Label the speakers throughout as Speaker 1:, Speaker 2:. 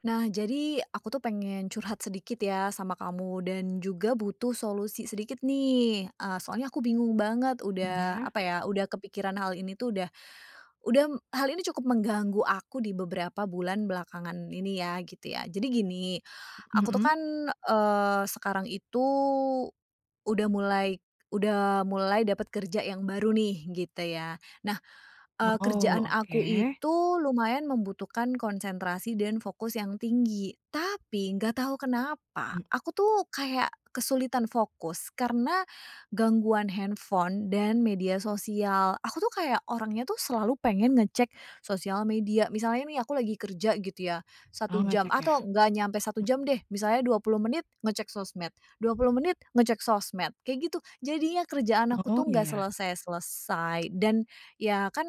Speaker 1: Nah, jadi aku tuh pengen curhat sedikit ya sama kamu dan juga butuh solusi sedikit nih. Soalnya aku bingung banget
Speaker 2: Mmm,
Speaker 1: udah
Speaker 2: ya,
Speaker 1: apa ya, udah kepikiran hal ini tuh udah hal ini cukup mengganggu aku di beberapa bulan belakangan ini ya, gitu ya. Jadi gini, aku tuh
Speaker 2: mhm.
Speaker 1: kan, sekarang itu udah mulai udah mulai dapat kerja yang baru nih, gitu ya. Nah
Speaker 2: Oh,
Speaker 1: Kerjaan
Speaker 2: oke.
Speaker 1: aku itu lumayan membutuhkan konsentrasi dan fokus yang tinggi, tapi nggak tahu kenapa
Speaker 2: Mmm,
Speaker 1: aku tuh kayak kesulitan fokus karena gangguan handphone dan media sosial. Aku tuh kayak orangnya tuh selalu pengen ngecek sosial media. Misalnya nih aku lagi kerja gitu ya,
Speaker 2: oh
Speaker 1: satu jam
Speaker 2: ngecek ya?
Speaker 1: atau nggak nyampe satu jam deh, misalnya 20 menit ngecek sosmed, 20 menit ngecek sosmed, kayak gitu. Jadinya kerjaan aku
Speaker 2: Oh,
Speaker 1: tuh
Speaker 2: iya
Speaker 1: nggak
Speaker 2: ya,
Speaker 1: selesai-selesai dan ya kan,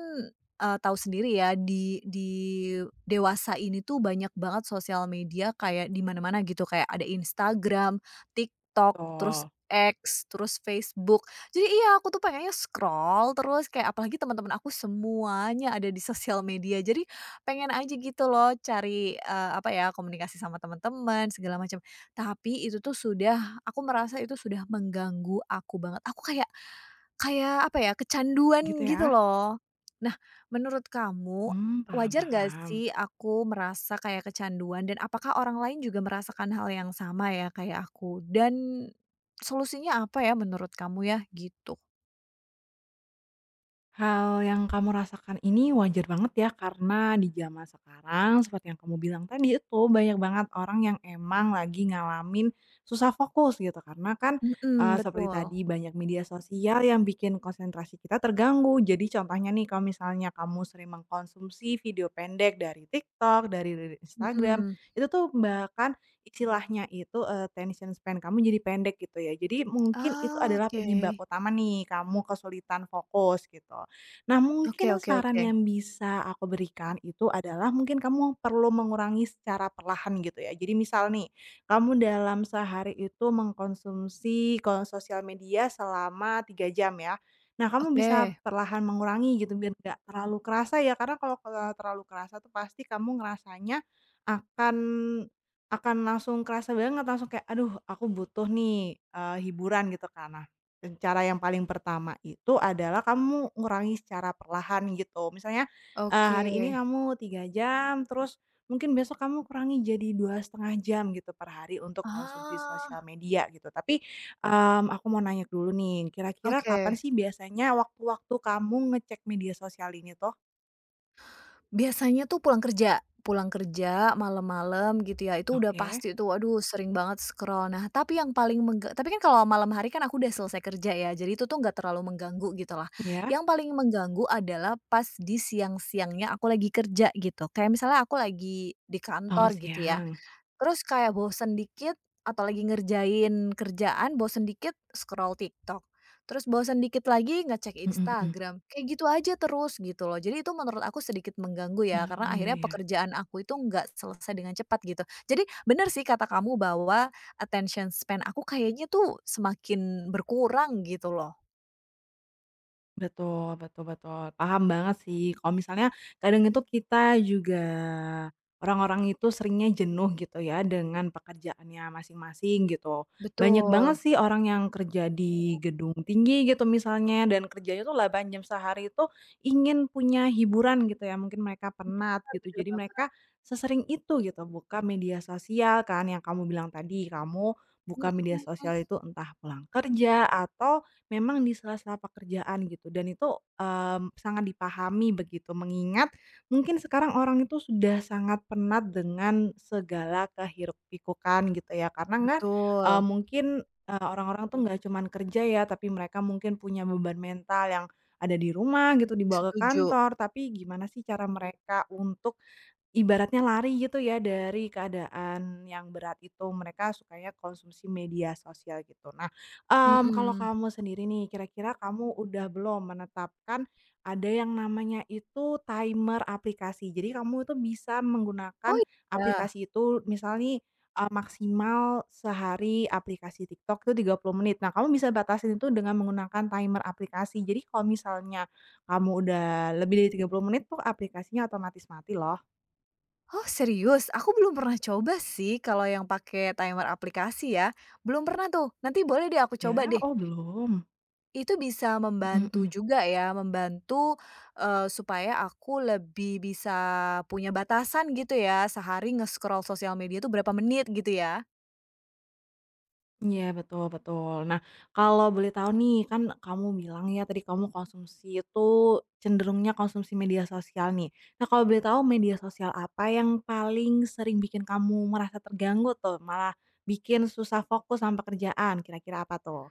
Speaker 1: tahu sendiri ya di dewasa ini tuh banyak banget sosial media kayak di mana-mana gitu, kayak ada Instagram, TikTok, terus
Speaker 2: betul,
Speaker 1: X, terus Facebook. Jadi iya aku tuh pengennya scroll terus kayak apalagi teman-teman aku semuanya ada di sosial media. Jadi pengen aja gitu loh cari, apa ya, komunikasi sama teman-teman segala macam. Tapi itu tuh sudah aku merasa itu sudah mengganggu aku banget. Aku kayak kayak apa ya, kecanduan
Speaker 2: gitu
Speaker 1: gitu
Speaker 2: ya?
Speaker 1: loh. Nah, menurut kamu,
Speaker 2: Paham
Speaker 1: wajar nggak
Speaker 2: paham.
Speaker 1: sih aku merasa kayak kecanduan dan apakah orang lain juga merasakan hal yang sama ya kayak aku? Dan solusinya apa ya menurut kamu ya? Gitu.
Speaker 2: Hal yang kamu rasakan ini wajar banget ya karena di zaman sekarang seperti yang kamu bilang tadi itu banyak banget orang yang emang lagi ngalamin susah fokus gitu karena kan,
Speaker 1: Mhm,
Speaker 2: seperti
Speaker 1: betul.
Speaker 2: tadi banyak media sosial yang bikin konsentrasi kita terganggu. Jadi contohnya nih kalau misalnya kamu sering mengkonsumsi video pendek dari TikTok, dari Instagram,
Speaker 1: Mhm.
Speaker 2: itu tuh bahkan istilahnya itu attention span kamu jadi pendek gitu ya. Jadi mungkin itu
Speaker 1: Ah,
Speaker 2: adalah
Speaker 1: oke.
Speaker 2: penyebab utama nih kamu kesulitan fokus gitu. Nah,
Speaker 1: Oke,
Speaker 2: mungkin
Speaker 1: oke,
Speaker 2: saran
Speaker 1: oke.
Speaker 2: yang bisa aku berikan itu adalah mungkin kamu perlu mengurangi secara perlahan gitu ya. Jadi misal nih, kamu dalam sehari itu mengkonsumsi sosial media selama 3 jam ya. Nah, kamu bisa
Speaker 1: Oke.
Speaker 2: perlahan mengurangi gitu biar nggak terlalu kerasa ya, karena kalau kalau terlalu kerasa tuh pasti kamu ngerasanya akan akan langsung kerasa banget, langsung kayak, "Aduh aku butuh nih, hiburan," gitu kan. Nah, dan cara yang paling pertama itu adalah kamu ngurangi secara perlahan gitu. Misalnya,
Speaker 1: Oke.
Speaker 2: hari ini kamu 3 jam, terus mungkin besok kamu kurangi jadi 2,5 jam gitu per hari untuk konsumsi sosial
Speaker 1: Ah,
Speaker 2: media gitu. Tapi, aku mau nanya dulu nih, kira-kira
Speaker 1: oke.
Speaker 2: kapan sih biasanya waktu-waktu kamu ngecek media sosial ini tuh?
Speaker 1: Biasanya tuh pulang kerja malam-malam gitu ya, itu udah
Speaker 2: Oke,
Speaker 1: pasti tuh, aduh sering banget scroll. Nah, tapi yang paling mengga tapi kan kalau malam hari kan aku udah selesai kerja ya, jadi itu tuh nggak terlalu mengganggu gitu lah.
Speaker 2: ya.
Speaker 1: Yang paling mengganggu adalah pas di siang-siangnya aku lagi kerja gitu, kayak misalnya aku lagi di
Speaker 2: Oh,
Speaker 1: kantor gitu ya,
Speaker 2: siang.
Speaker 1: terus kayak bosen dikit atau lagi ngerjain kerjaan, bosen dikit scroll TikTok, terus bosen dikit lagi ngecek
Speaker 2: Mhm, mhm.
Speaker 1: Instagram, kayak gitu aja terus gitu loh. Jadi itu menurut aku sedikit mengganggu ya, karena
Speaker 2: Oh, iya
Speaker 1: akhirnya
Speaker 2: ya.
Speaker 1: pekerjaan aku itu nggak selesai dengan cepat gitu. Jadi bener sih kata kamu bahwa attention span aku kayaknya tuh semakin berkurang gitu loh.
Speaker 2: Betul betul betul, paham banget sih kalau misalnya kadang itu kita juga orang-orang itu seringnya jenuh gitu ya dengan pekerjaannya masing-masing gitu. Banyak banget
Speaker 1: Betul.
Speaker 2: sih orang yang kerja di gedung tinggi gitu misalnya dan kerjanya tuh 8 jam sehari itu ingin punya hiburan gitu ya, mungkin mereka penat
Speaker 1: Bener,
Speaker 2: gitu.
Speaker 1: bener
Speaker 2: Jadi mereka
Speaker 1: banget.
Speaker 2: sesering itu gitu buka media sosial kan yang kamu bilang tadi, kamu buka media
Speaker 1: Mhm,
Speaker 2: sosial itu entah pulang kerja atau memang di sela-sela pekerjaan gitu dan itu, sangat dipahami begitu mengingat mungkin sekarang orang itu sudah sangat penat dengan segala kehiruk-pikukan gitu ya karena nggak,
Speaker 1: betul,
Speaker 2: mungkin, orang-orang tuh nggak cuman kerja ya tapi mereka mungkin punya beban mental yang ada di rumah gitu dibawa ke
Speaker 1: setuju.
Speaker 2: kantor tapi gimana sih cara mereka untuk ibaratnya lari gitu ya dari keadaan yang berat itu, mereka sukanya konsumsi media sosial gitu. Nah, kalau
Speaker 1: Mhm.
Speaker 2: kamu sendiri nih, kira-kira kamu udah belum menetapkan ada yang namanya itu timer aplikasi. Jadi kamu itu bisa
Speaker 1: Oh,
Speaker 2: menggunakan
Speaker 1: iya?
Speaker 2: aplikasi itu misalnya nih, maksimal sehari aplikasi TikTok itu 30 menit. Nah, kamu bisa batasin itu dengan menggunakan timer aplikasi. Jadi kalau misalnya kamu udah lebih dari 30 menit tuh aplikasinya otomatis mati loh.
Speaker 1: Oh serius? Aku belum pernah coba sih kalau yang pakai timer aplikasi ya, belum pernah tuh, nanti boleh deh aku coba
Speaker 2: Ya?
Speaker 1: deh.
Speaker 2: Oh, belum?
Speaker 1: Itu bisa
Speaker 2: Mhm,
Speaker 1: membantu
Speaker 2: mhm.
Speaker 1: juga ya, membantu, supaya aku lebih bisa punya batasan gitu ya, sehari nge-scroll sosial media itu berapa menit gitu ya?
Speaker 2: Iya, betul betul. Nah, kalau boleh tahu nih kan kamu bilang ya tadi kamu konsumsi itu cenderungnya konsumsi media sosial nih. Nah, kalau boleh tahu media sosial apa yang paling sering bikin kamu merasa terganggu tuh, malah bikin susah fokus sama pekerjaan, kira-kira apa tuh?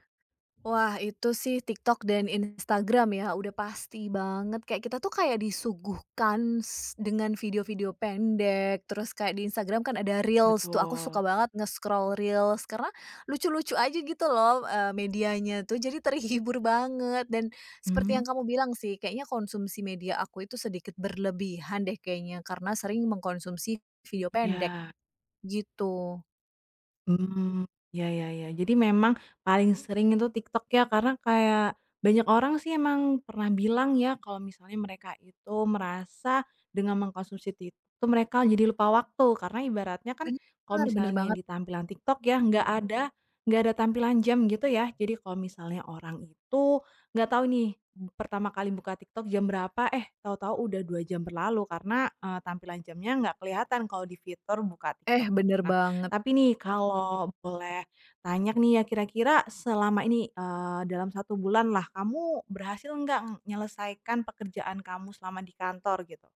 Speaker 1: Wah, itu sih TikTok dan Instagram ya, udah pasti banget. Kayak kita tuh kayak disuguhkan s dengan video-video pendek, terus kayak di Instagram kan ada Reels tuh, aku
Speaker 2: Betul.
Speaker 1: suka banget nge-scroll Reels karena lucu-lucu aja gitu loh, medianya tuh, jadi terhibur banget dan seperti
Speaker 2: Hmm.
Speaker 1: yang kamu bilang sih, kayaknya konsumsi media aku itu sedikit berlebihan deh kayaknya, karena sering mengkonsumsi video pendek,
Speaker 2: Ya.
Speaker 1: gitu.
Speaker 2: Ya ya ya. Jadi memang paling sering itu TikTok ya, karena kayak banyak orang sih emang pernah bilang ya, kalau misalnya mereka itu merasa dengan mengkonsumsi TikTok tuh mereka jadi lupa waktu. Karena ibaratnya kan kalau
Speaker 1: Bener, bener
Speaker 2: misalnya
Speaker 1: banget.
Speaker 2: di tampilan TikTok ya, nggak ada tampilan jam gitu ya. Jadi kalau misalnya orang itu nggak tahu nih, pertama kali buka TikTok jam berapa, eh tahu-tahu udah 2 jam berlalu karena, tampilan jamnya nggak kelihatan kalau di fitur buka
Speaker 1: Eh,
Speaker 2: TikTok gitu.
Speaker 1: bener
Speaker 2: Nah,
Speaker 1: banget.
Speaker 2: tapi nih kalau boleh tanya nih ya kira-kira selama ini, dalam satu bulan lah kamu berhasil nggak menyelesaikan pekerjaan kamu selama di kantor gitu?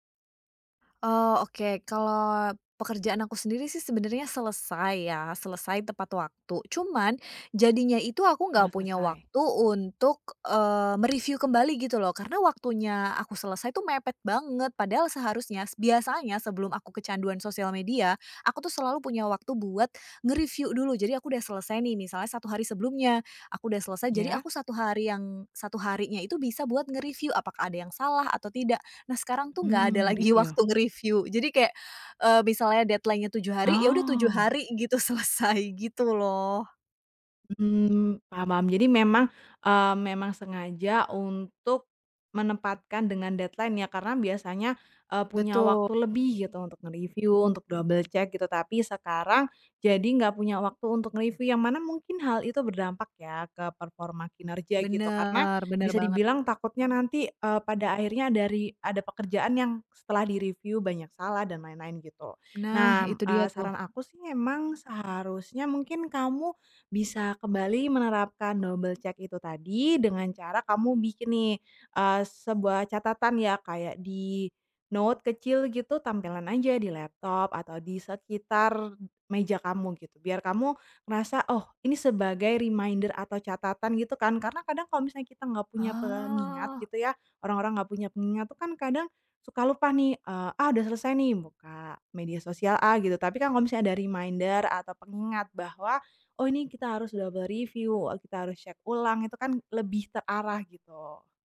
Speaker 1: Oh, oke. Kalau pekerjaan aku sendiri sih sebenarnya selesai ya, selesai tepat waktu. Cuman jadinya itu aku
Speaker 2: Oh,
Speaker 1: nggak punya
Speaker 2: selesai.
Speaker 1: waktu untuk, me kembali gitu loh, karena waktunya aku selesai tuh mepet banget. Padahal seharusnya s biasanya sebelum aku kecanduan sosial media, aku tuh selalu punya waktu buat nge-review dulu. Jadi aku udah selesai nih, misalnya satu hari sebelumnya, aku udah selesai, jadi
Speaker 2: Ya.
Speaker 1: aku satu hari yang satu harinya itu bisa buat nge-review apakah ada yang salah atau tidak. Nah, sekarang tuh nggak ada
Speaker 2: Mmm,
Speaker 1: lagi
Speaker 2: review.
Speaker 1: waktu nge-review. Jadi kayak, misalnya deadline-nya 7 hari, ya udah 7
Speaker 2: Oh.
Speaker 1: hari gitu, selesai, gitu loh.
Speaker 2: Paham paham. Jadi memang sengaja untuk menempatkan dengan deadline ya, karena biasanya, punya
Speaker 1: Betul,
Speaker 2: waktu lebih gitu untuk nge-review, untuk double check gitu, tapi sekarang jadi nggak punya waktu untuk nge-review, yang mana mungkin hal itu berdampak ya ke performa kinerja gitu. Karena
Speaker 1: bener, bener
Speaker 2: bisa
Speaker 1: banget.
Speaker 2: dibilang takutnya nanti, pada akhirnya dari ada pekerjaan yang setelah di-review banyak salah dan lain-lain gitu.
Speaker 1: Nah,
Speaker 2: Nah,
Speaker 1: itu dia tuh.
Speaker 2: saran aku sih memang seharusnya mungkin kamu bisa kembali menerapkan double check itu tadi dengan cara kamu bikin nih, sebuah catatan ya kayak di note kecil gitu tampilan aja di laptop atau di sekitar meja kamu gitu biar kamu ngerasa, "Oh ini sebagai reminder atau catatan," gitu kan. Karena kadang kalau misalnya kita nggak punya pengingat
Speaker 1: Oh.
Speaker 2: gitu ya, orang-orang nggak punya pengingat tuh kan kadang suka lupa nih, "Ah udah selesai nih buka media sosial ah," gitu. Tapi kan kalau misalnya ada reminder atau pengingat bahwa "Oh ini kita harus double review, kita harus cek ulang," itu kan lebih terarah gitu.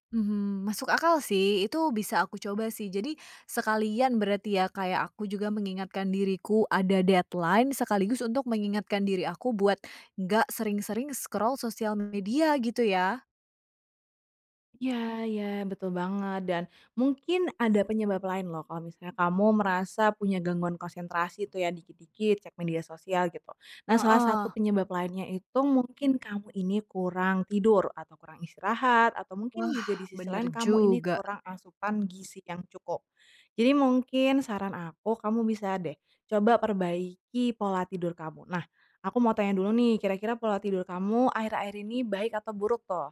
Speaker 1: Mhm, masuk akal sih, itu bisa aku coba sih. Jadi sekalian berarti ya, kayak aku juga mengingatkan diriku ada deadline, sekaligus untuk mengingatkan diri aku buat nggak sering-sering scroll sosial media gitu ya?
Speaker 2: Iya iya, betul banget, dan mungkin ada penyebab lain loh kalau misalnya kamu merasa punya gangguan konsentrasi tuh ya dikit-dikit cek media sosial gitu. Nah, salah
Speaker 1: Heeh.
Speaker 2: satu penyebab lainnya itu mungkin kamu ini kurang tidur atau kurang istirahat atau mungkin
Speaker 1: Wah,
Speaker 2: juga di sisi
Speaker 1: bener
Speaker 2: lain kamu ini
Speaker 1: juga.
Speaker 2: kurang asupan gizi yang cukup. Jadi mungkin saran aku kamu bisa deh coba perbaiki pola tidur kamu. Nah, aku mau tanya dulu nih kira-kira pola tidur kamu akhir-akhir ini baik atau buruk toh?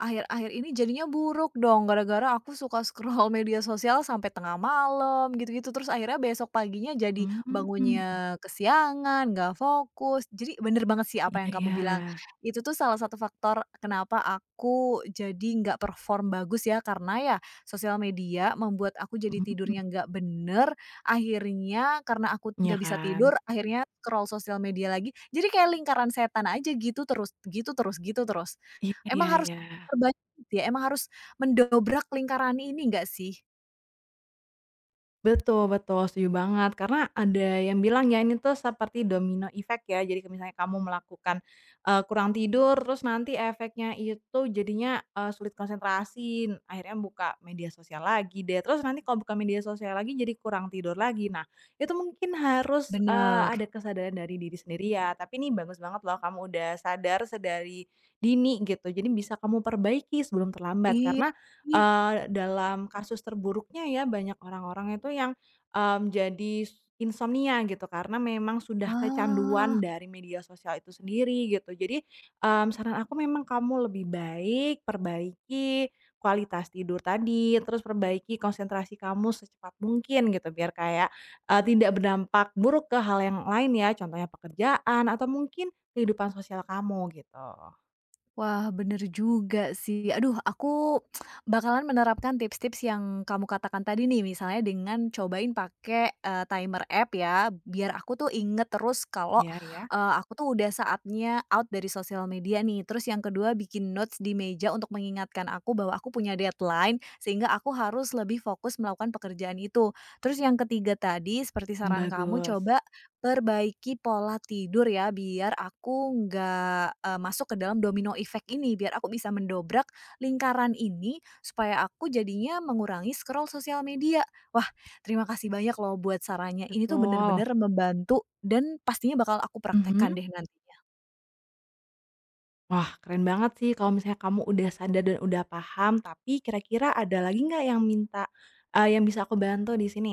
Speaker 1: Akhir-akhir ini jadinya buruk dong, gara-gara aku suka scroll media sosial sampai tengah malam, gitu-gitu. Terus akhirnya besok paginya jadi
Speaker 2: Hmm.
Speaker 1: bangunnya kesiangan, nggak fokus. Jadi bener banget sih apa
Speaker 2: Iya
Speaker 1: yang kamu
Speaker 2: iya,
Speaker 1: bilang. Itu tuh salah satu faktor kenapa aku jadi nggak perform bagus ya, karena ya sosial media membuat aku jadi
Speaker 2: mmm,
Speaker 1: tidurnya nggak bener, akhirnya karena aku
Speaker 2: iya
Speaker 1: nggak bisa
Speaker 2: kan?
Speaker 1: tidur, akhirnya scroll sosial media lagi. Jadi kayak lingkaran setan aja gitu terus gitu terus gitu terus.
Speaker 2: Iya iya
Speaker 1: Emang harus
Speaker 2: iya.
Speaker 1: terbanyak ya, emang harus mendobrak lingkaran ini nggak sih?
Speaker 2: Betul betul, setuju banget. Karena ada yang bilang ya, ini tuh seperti domino effect ya. Jadi kalau misalnya kamu melakukan, kurang tidur, terus nanti efeknya itu jadinya, sulit konsentrasi, akhirnya buka media sosial lagi deh, terus nanti kalau buka media sosial lagi jadi kurang tidur lagi. Nah, itu mungkin harus,
Speaker 1: Bener.
Speaker 2: ada kesadaran dari diri sendiri ya. Tapi ini bagus banget loh kamu udah sadar sedari dini gitu. Jadi bisa kamu perbaiki sebelum terlambat,
Speaker 1: Iya,
Speaker 2: karena
Speaker 1: jadi
Speaker 2: Dalam kasus terburuknya ya banyak orang-orang itu yang, jadi insomnia gitu karena memang sudah kecanduan
Speaker 1: ah.
Speaker 2: dari media sosial itu sendiri gitu. Jadi, saran aku memang kamu lebih baik perbaiki kualitas tidur tadi, terus perbaiki konsentrasi kamu secepat mungkin gitu biar kayak, tidak berdampak buruk ke hal yang lain ya, contohnya pekerjaan atau mungkin kehidupan sosial kamu gitu.
Speaker 1: Wah, bener juga sih. Aduh, aku bakalan menerapkan tips-tips yang kamu katakan tadi nih, misalnya dengan cobain pakai, timer app ya, biar aku tuh inget terus kalau,
Speaker 2: Iya ya,
Speaker 1: aku tuh udah saatnya out dari sosial media nih. Terus yang kedua bikin notes di meja untuk mengingatkan aku bahwa aku punya deadline, sehingga aku harus lebih fokus melakukan pekerjaan itu. Terus yang ketiga tadi, seperti
Speaker 2: hmm,
Speaker 1: saran kamu,
Speaker 2: bagus.
Speaker 1: coba perbaiki pola tidur ya, biar aku nggak, masuk ke dalam domino effect ini, biar aku bisa mendobrak lingkaran ini, supaya aku jadinya mengurangi scroll sosial media. Wah, terima kasih banyak loh buat sarannya, ini tuh
Speaker 2: Betul,
Speaker 1: bener-bener membantu dan pastinya bakal aku
Speaker 2: mhm.
Speaker 1: praktekkan deh nantinya.
Speaker 2: Wah, keren banget sih kalau misalnya kamu udah sadar dan udah paham, tapi kira-kira ada lagi nggak yang yang bisa aku bantu di sini?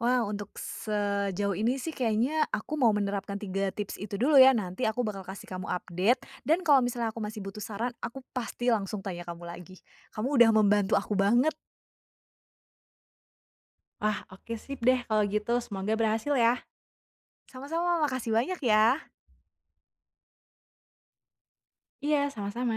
Speaker 1: Wah, untuk sejauh ini sih kayaknya aku mau menerapkan 3 tips itu dulu ya, nanti aku bakal kasih kamu update, dan kalau misalnya aku masih butuh saran, aku pasti langsung tanya kamu lagi. Kamu udah membantu aku banget.
Speaker 2: Wah, oke sip deh kalau gitu, semoga berhasil ya.
Speaker 1: Sama-sama, makasih banyak ya.
Speaker 2: Iya, sama-sama.